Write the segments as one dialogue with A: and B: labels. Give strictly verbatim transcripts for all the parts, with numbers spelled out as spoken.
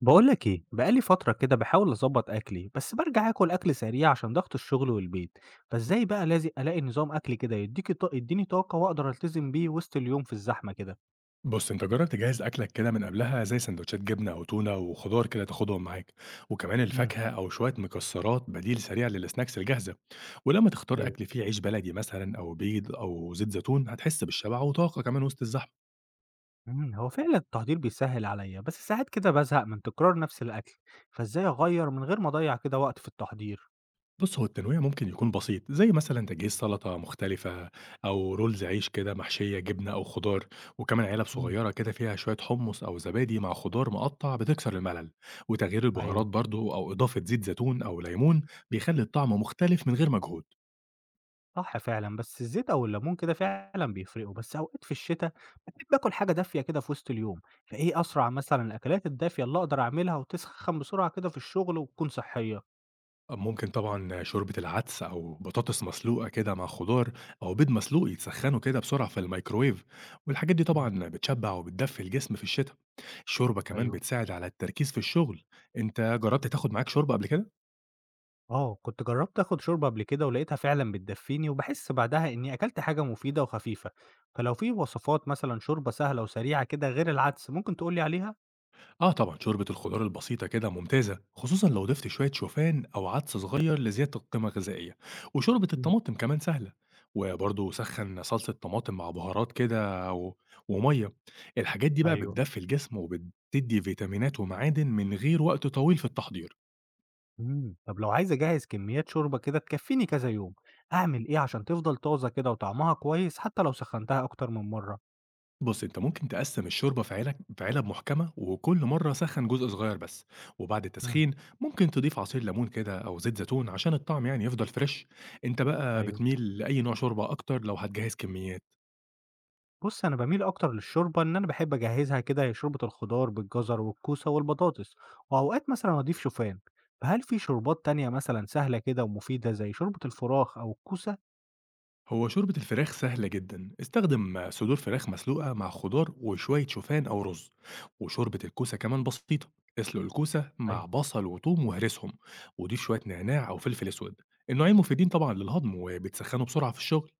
A: بقولك ايه، بقالي فترة كده بحاول اظبط اكلي، بس برجع اكل اكل سريع عشان ضغط الشغل والبيت. فازاي بقى لازم الاقي نظام اكل كده يديكي ط... يديني طاقة واقدر التزم بيه وسط اليوم في الزحمة كده.
B: بُص، أنت جرّب تجهّز أكلك كده من قبلها زي سندوتشات جبنة أو تونة وخضار كده تاخدهم معاك، وكمان
A: امم.
B: الفاكهة أو شوية مكسرات بديل سريع للسناكس الجاهزة، ولمّا تختار
A: ايوه.
B: أكل فيه عيش بلدي مثلًا أو بيض أو زيت زيتون هتحس بالشبع وطاقة كمان وسط الزحمة.
A: امم، هو فعلا التحضير بيسهل عليا، بس ساعات كده بزهق من تكرار نفس الاكل، فازاي اغير من غير ما اضيع كده وقت في التحضير؟
B: بُص، هو التنويع ممكن يكون بسيط، زي مثلًا تجهيز سلطة مختلفة أو رولز عيش كده محشية جبنة أو خضار، وكمان علب
A: امم.
B: صغيرة كده فيها شوية حمص أو زبادي مع خضار مقطع بتكسر الملل، وتغيير البهارات
A: ايوه.
B: برضه أو إضافة زيت زيتون أو ليمون بيخلي الطعم مختلف من غير مجهود.
A: صح فعلًا، بس الزيت أو الليمون كده فعلًا بيفرقوا، بس أوقات في الشتا باحب آكل حاجة دافية كده في وسط اليوم، فإيه أسرع مثلًا الأكلات الدافية اللي أقدر أعملها وتسخن بسرعة كده في الشغل وتكون صحية؟
B: ممكن طبعًا شوربة العدس أو بطاطس مسلوقة كده مع خضار أو بيض مسلوق يتسخنوا كده بسرعة في الميكروويف، والحاجات دي
A: إمم.
B: طبعًا بتشبع وبتدفي الجسم في الشتا. الشوربة كمان
A: أيوه.
B: بتساعد على التركيز في الشغل، أنت جربت تاخد معاك شوربة قبل كده؟
A: آه، كنت جربت آخد شوربة قبل كده ولقيتها فعلًا بتدفيني وباحس بعدها إني أكلت حاجة مفيدة وخفيفة، فلو في وصفات مثلًا شوربة سهلة وسريعة كده غير العدس ممكن تقول لي عليها؟
B: آه طبعًا شوربة الخضار البسيطة كده ممتازة، خصوصًا لو ضفت شوية شوفان أو عدس صغير لزيادة القيمة الغذائية، وشوربة
A: إمم.
B: الطماطم كمان سهلة، وبرضه سخن صلصة طماطم مع بهارات كده و... ومية، الحاجات دي بقى
A: أيوه.
B: بتدفي الجسم وبتدي فيتامينات ومعادن من غير وقت طويل في التحضير.
A: إمم، طب لو عايز أجهّز كميات شوربة كده تكفّيني كذا يوم، أعمل إيه عشان تفضل طازة كده وطعمها كويس حتى لو سخّنتها أكتر من مرّة؟
B: بُص، أنت ممكن تقسّم الشوربة في علك في علب محكمة، وكل مرة سخّن جزء صغير بس، وبعد
A: إمم.
B: التسخين ممكن تضيف عصير ليمون كده أو زيت زيتون عشان الطعم يعني يفضل فريش. أنت بقى
A: أيوه.
B: بتميل لأي نوع شوربة أكتر لو هتجهّز كميات؟
A: بُص، أنا باميل أكتر للشوربة، إن أنا باحب أجهّزها كده هي شوربة الخضار بالجزر والكوسة والبطاطس، وأوقات مثلًا أضيف شوفان، فهل في شوربات تانية مثلًا سهلة كده ومفيدة زي شوربة الفراخ أو الكوسة؟
B: هو شوربة الفراخ سهلة جدًا، استخدم صدور فراخ مسلوقة مع خضار وشوية شوفان أو رز، وشوربة الكوسة كمان بسيطة، اسلق الكوسة مع بصل وتوم واهرسهم، وضيف شوية نعناع أو فلفل أسود. النوعين مفيدين طبعًا للهضم وبيتسخّنوا بسرعة في الشغل.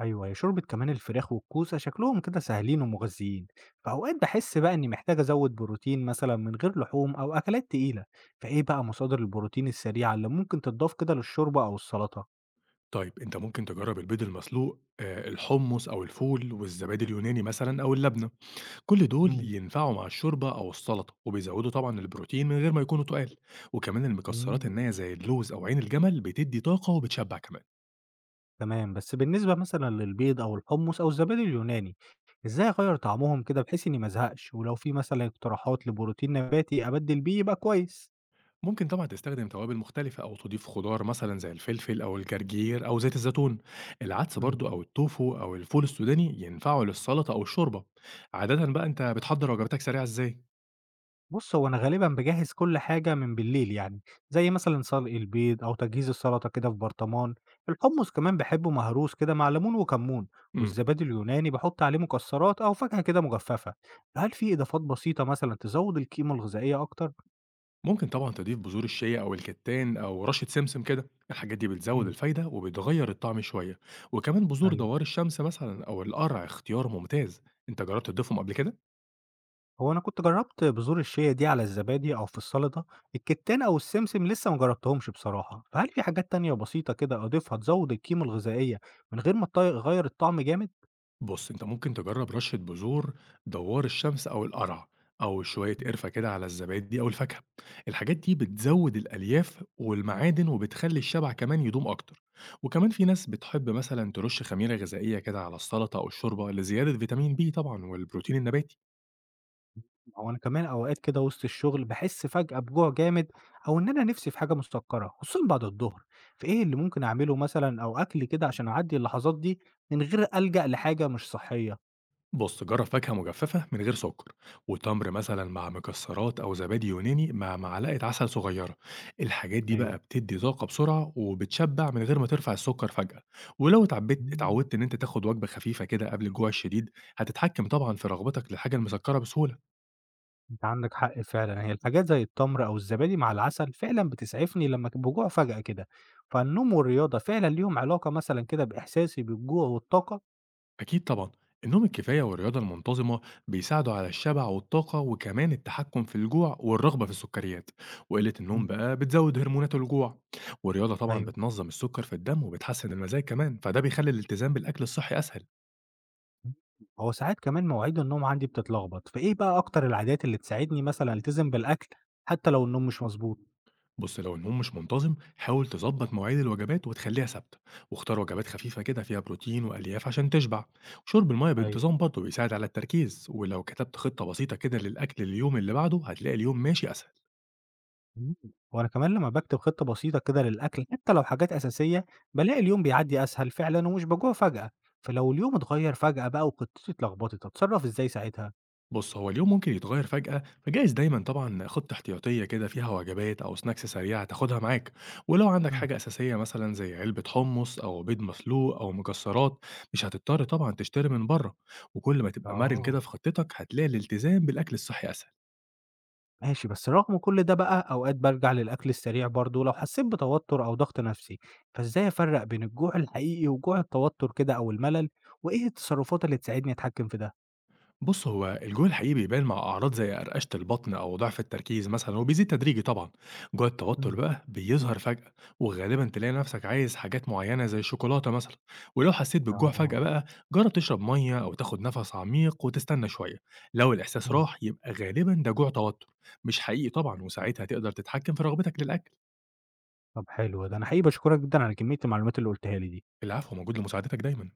A: أيوه، هي شوربة كمان الفراخ والكوسة شكلهم كده سهلين ومغذيين، فأوقات باحس بقى إني محتاج أزوّد بروتين مثلًا من غير لحوم أو أكلات تقيلة، فإيه بقى مصادر البروتين السريعة اللي ممكن تتضاف كده للشوربة أو السلطة؟
B: طيب أنت ممكن تجرّب البيض المسلوق، آآ الحمُّص أو الفول والزبادي اليوناني مثلًا أو اللبنة، كل دول
A: مم.
B: ينفعوا مع الشوربة أو السلطة، وبيزوّدوا طبعًا البروتين من غير ما يكونوا تُقال، وكمان المكسّرات النية
A: مم.
B: زي اللوز أو عين الجمل بتدّي طاقة وبتشبّع كمان.
A: تمام، بس بالنسبة مثلًا للبيض أو الحمص أو الزبادي اليوناني، إزاي أغيّر طعمهم كده بحيث إني ما أزهقش؟ ولو في مثلًا اقتراحات لبروتين نباتي أبدِّل بيه يبقى كويس.
B: ممكن طبعًا تستخدم توابل مختلفة أو تضيف خضار مثلًا زي الفلفل أو الجرجير أو زيت الزيتون. العدس برضه أو التوفو أو الفول السوداني ينفعوا للسلطة أو الشوربة. عادةً بقى أنت بتحضّر وجباتك سريعة إزاي؟
A: بُص، هو أنا غالبًا باجهّز كل حاجة من بالليل يعني، زي مثلًا سلق البيض أو تجهيز السلطة كده في برطمان، الحمص كمان باحبه مهروس كده مع ليمون وكمون،
B: إمم.
A: والزبادي اليوناني باحط عليه مكسرات أو فاكهة كده مجففة. هل في إضافات بسيطة مثلًا تزوّد القيمة الغذائية أكتر؟
B: ممكن طبعًا تضيف بذور الشيا أو الكتان أو رشة سمسم كده، الحاجات دي بتزود
A: إمم.
B: الفايدة وبتغير الطعم شوية، وكمان بذور
A: أيوه،
B: دوار الشمس مثلًا أو القرع اختيار ممتاز، أنت جربت تضيفهم قبل كده؟
A: هو أنا كنت جرّبت بذور الشيا دي على الزبادي أو في السلطة، الكتان أو السمسم لسه ما جرّبتهمش بصراحة، فهل في حاجات تانية بسيطة كده أضيفها تزوّد القيمة الغذائية من غير ما تغيّر الطعم جامد؟
B: بُص أنت ممكن تجرب رشة بذور دوار الشمس أو القرع، أو شوية قرفة كده على الزبادي أو الفاكهة، الحاجات دي بتزود الألياف والمعادن وبتخلي الشبع كمان يدوم أكتر، وكمان في ناس بتحب مثلًا ترش خميرة غذائية كده على السلطة أو الشوربة لزيادة فيتامين بي طبعًا والبروتين النباتي.
A: هو أنا كمان أوقات كده وسط الشغل باحس فجأة بجوع جامد، أو إن أنا نفسي في حاجة مسكرة خصوصًا بعد الظهر، فإيه اللي ممكن أعمله مثلًا أو أكل كده عشان أعدّي اللحظات دي من غير ألجأ لحاجة مش صحية؟
B: بص جرب فاكهة مجففة من غير سكر وتمر مثلا مع مكسرات أو زبادي يوناني مع معلقة عسل صغيرة، الحاجات دي
A: أيوه.
B: بقى بتدي طاقة بسرعة وبتشبع من غير ما ترفع السكر فجأة. ولو اتعبت
A: إمم.
B: اتعودت إن أنت تاخد وجبة خفيفة كده قبل الجوع الشديد هتتحكم طبعا في رغبتك للحاجة المسكرة بسهولة.
A: أنت عندك حق فعلًا، هي الحاجات زي التمر أو الزبادي مع العسل فعلًا بتسعفني لمّا ك بجوع فجأة كده، فالنوم والرياضة فعلًا ليهم علاقة مثلًا كده بإحساسي بالجوع والطاقة؟
B: أكيد طبعًا، النوم الكفاية والرياضة المنتظمة بيساعدوا على الشبع والطاقة، وكمان التحكم في الجوع والرغبة في السكريات، وقلة النوم
A: إمم.
B: بقى بتزود هرمونات الجوع، والرياضة طبعًا
A: أيوه.
B: بتنظم السكر في الدم وبتحسن المزاج كمان، فده بيخلي الالتزام بالأكل الصحي أسهل.
A: إمم، هو ساعات كمان مواعيد النوم عندي بتتلخبط، فإيه بقى أكتر العادات اللي تساعدني مثلًا ألتزم بالأكل حتى لو النوم مش مضبوط؟
B: بُص لو النوم مش منتظم، حاول تضبط مواعيد الوجبات وتخليها ثابتة، واختار وجبات خفيفة كده فيها بروتين وألياف عشان تشبع، وشرب المَيَّة
A: أيوه.
B: بانتظام برضه بيساعد على التركيز، ولو كتبت خطة بسيطة كده للأكل اليوم اللي بعده، هتلاقي اليوم ماشي أسهل.
A: إمم، وأنا كمان لمّا باكتب خطة بسيطة كده للأكل حتى لو حاجات أساسية، بالاقي اليوم بيعدي أسهل فعلًا ومش باجوع فجأة، فلو اليوم اتغيّر فجأة بقى وخطتي اتلخبطت، أتصرّف إزاي ساعتها؟
B: بُص، هو اليوم ممكن يتغيّر فجأة، فجايز دايمًا طبعًا خطة احتياطية كده فيها وجبات أو سناكس سريعة تاخدها معاك، ولو عندك
A: إمم.
B: حاجة أساسية مثلًا زي علبة حُمُّص أو بيض مسلوق أو مكسرات، مش هتضطر طبعًا تشتري من برّه، وكل ما تبقى مرن
A: آه.
B: كده في خطتك هتلاقي الالتزام بالأكل الصحي أسهل.
A: ماشي، بس رغم كل ده بقى أوقات بارجع للأكل السريع برضه لو حسيت بتوتر أو ضغط نفسي، فإزاي أفرّق بين الجوع الحقيقي وجوع التوتر كده أو الملل، وإيه التصرفات اللي تساعدني أتحكم في ده؟
B: بص هو الجوع الحقيقي بيبان مع أعراض زي قرقشة البطن أو ضعف التركيز مثلا وبيزيد تدريجي طبعا. جوع التوتر
A: إمم.
B: بقى بيظهر فجأة وغالبا تلاقي نفسك عايز حاجات معينة زي الشوكولاتة مثلا. ولو حسيت بالجوع
A: آه.
B: فجأة بقى جرب تشرب مية أو تاخد نفس عميق وتستنى شوية، لو الإحساس
A: إمم.
B: راح يبقى غالبا ده جوع توتر مش حقيقي طبعا وساعتها تقدر تتحكم في رغبتك للأكل.
A: طب حلو ده، ده أنا حقيقي باشكرك جدًا على كمية المعلومات اللي قُلتها لي دي.
B: العفو، موجود لمساعدتك دايما.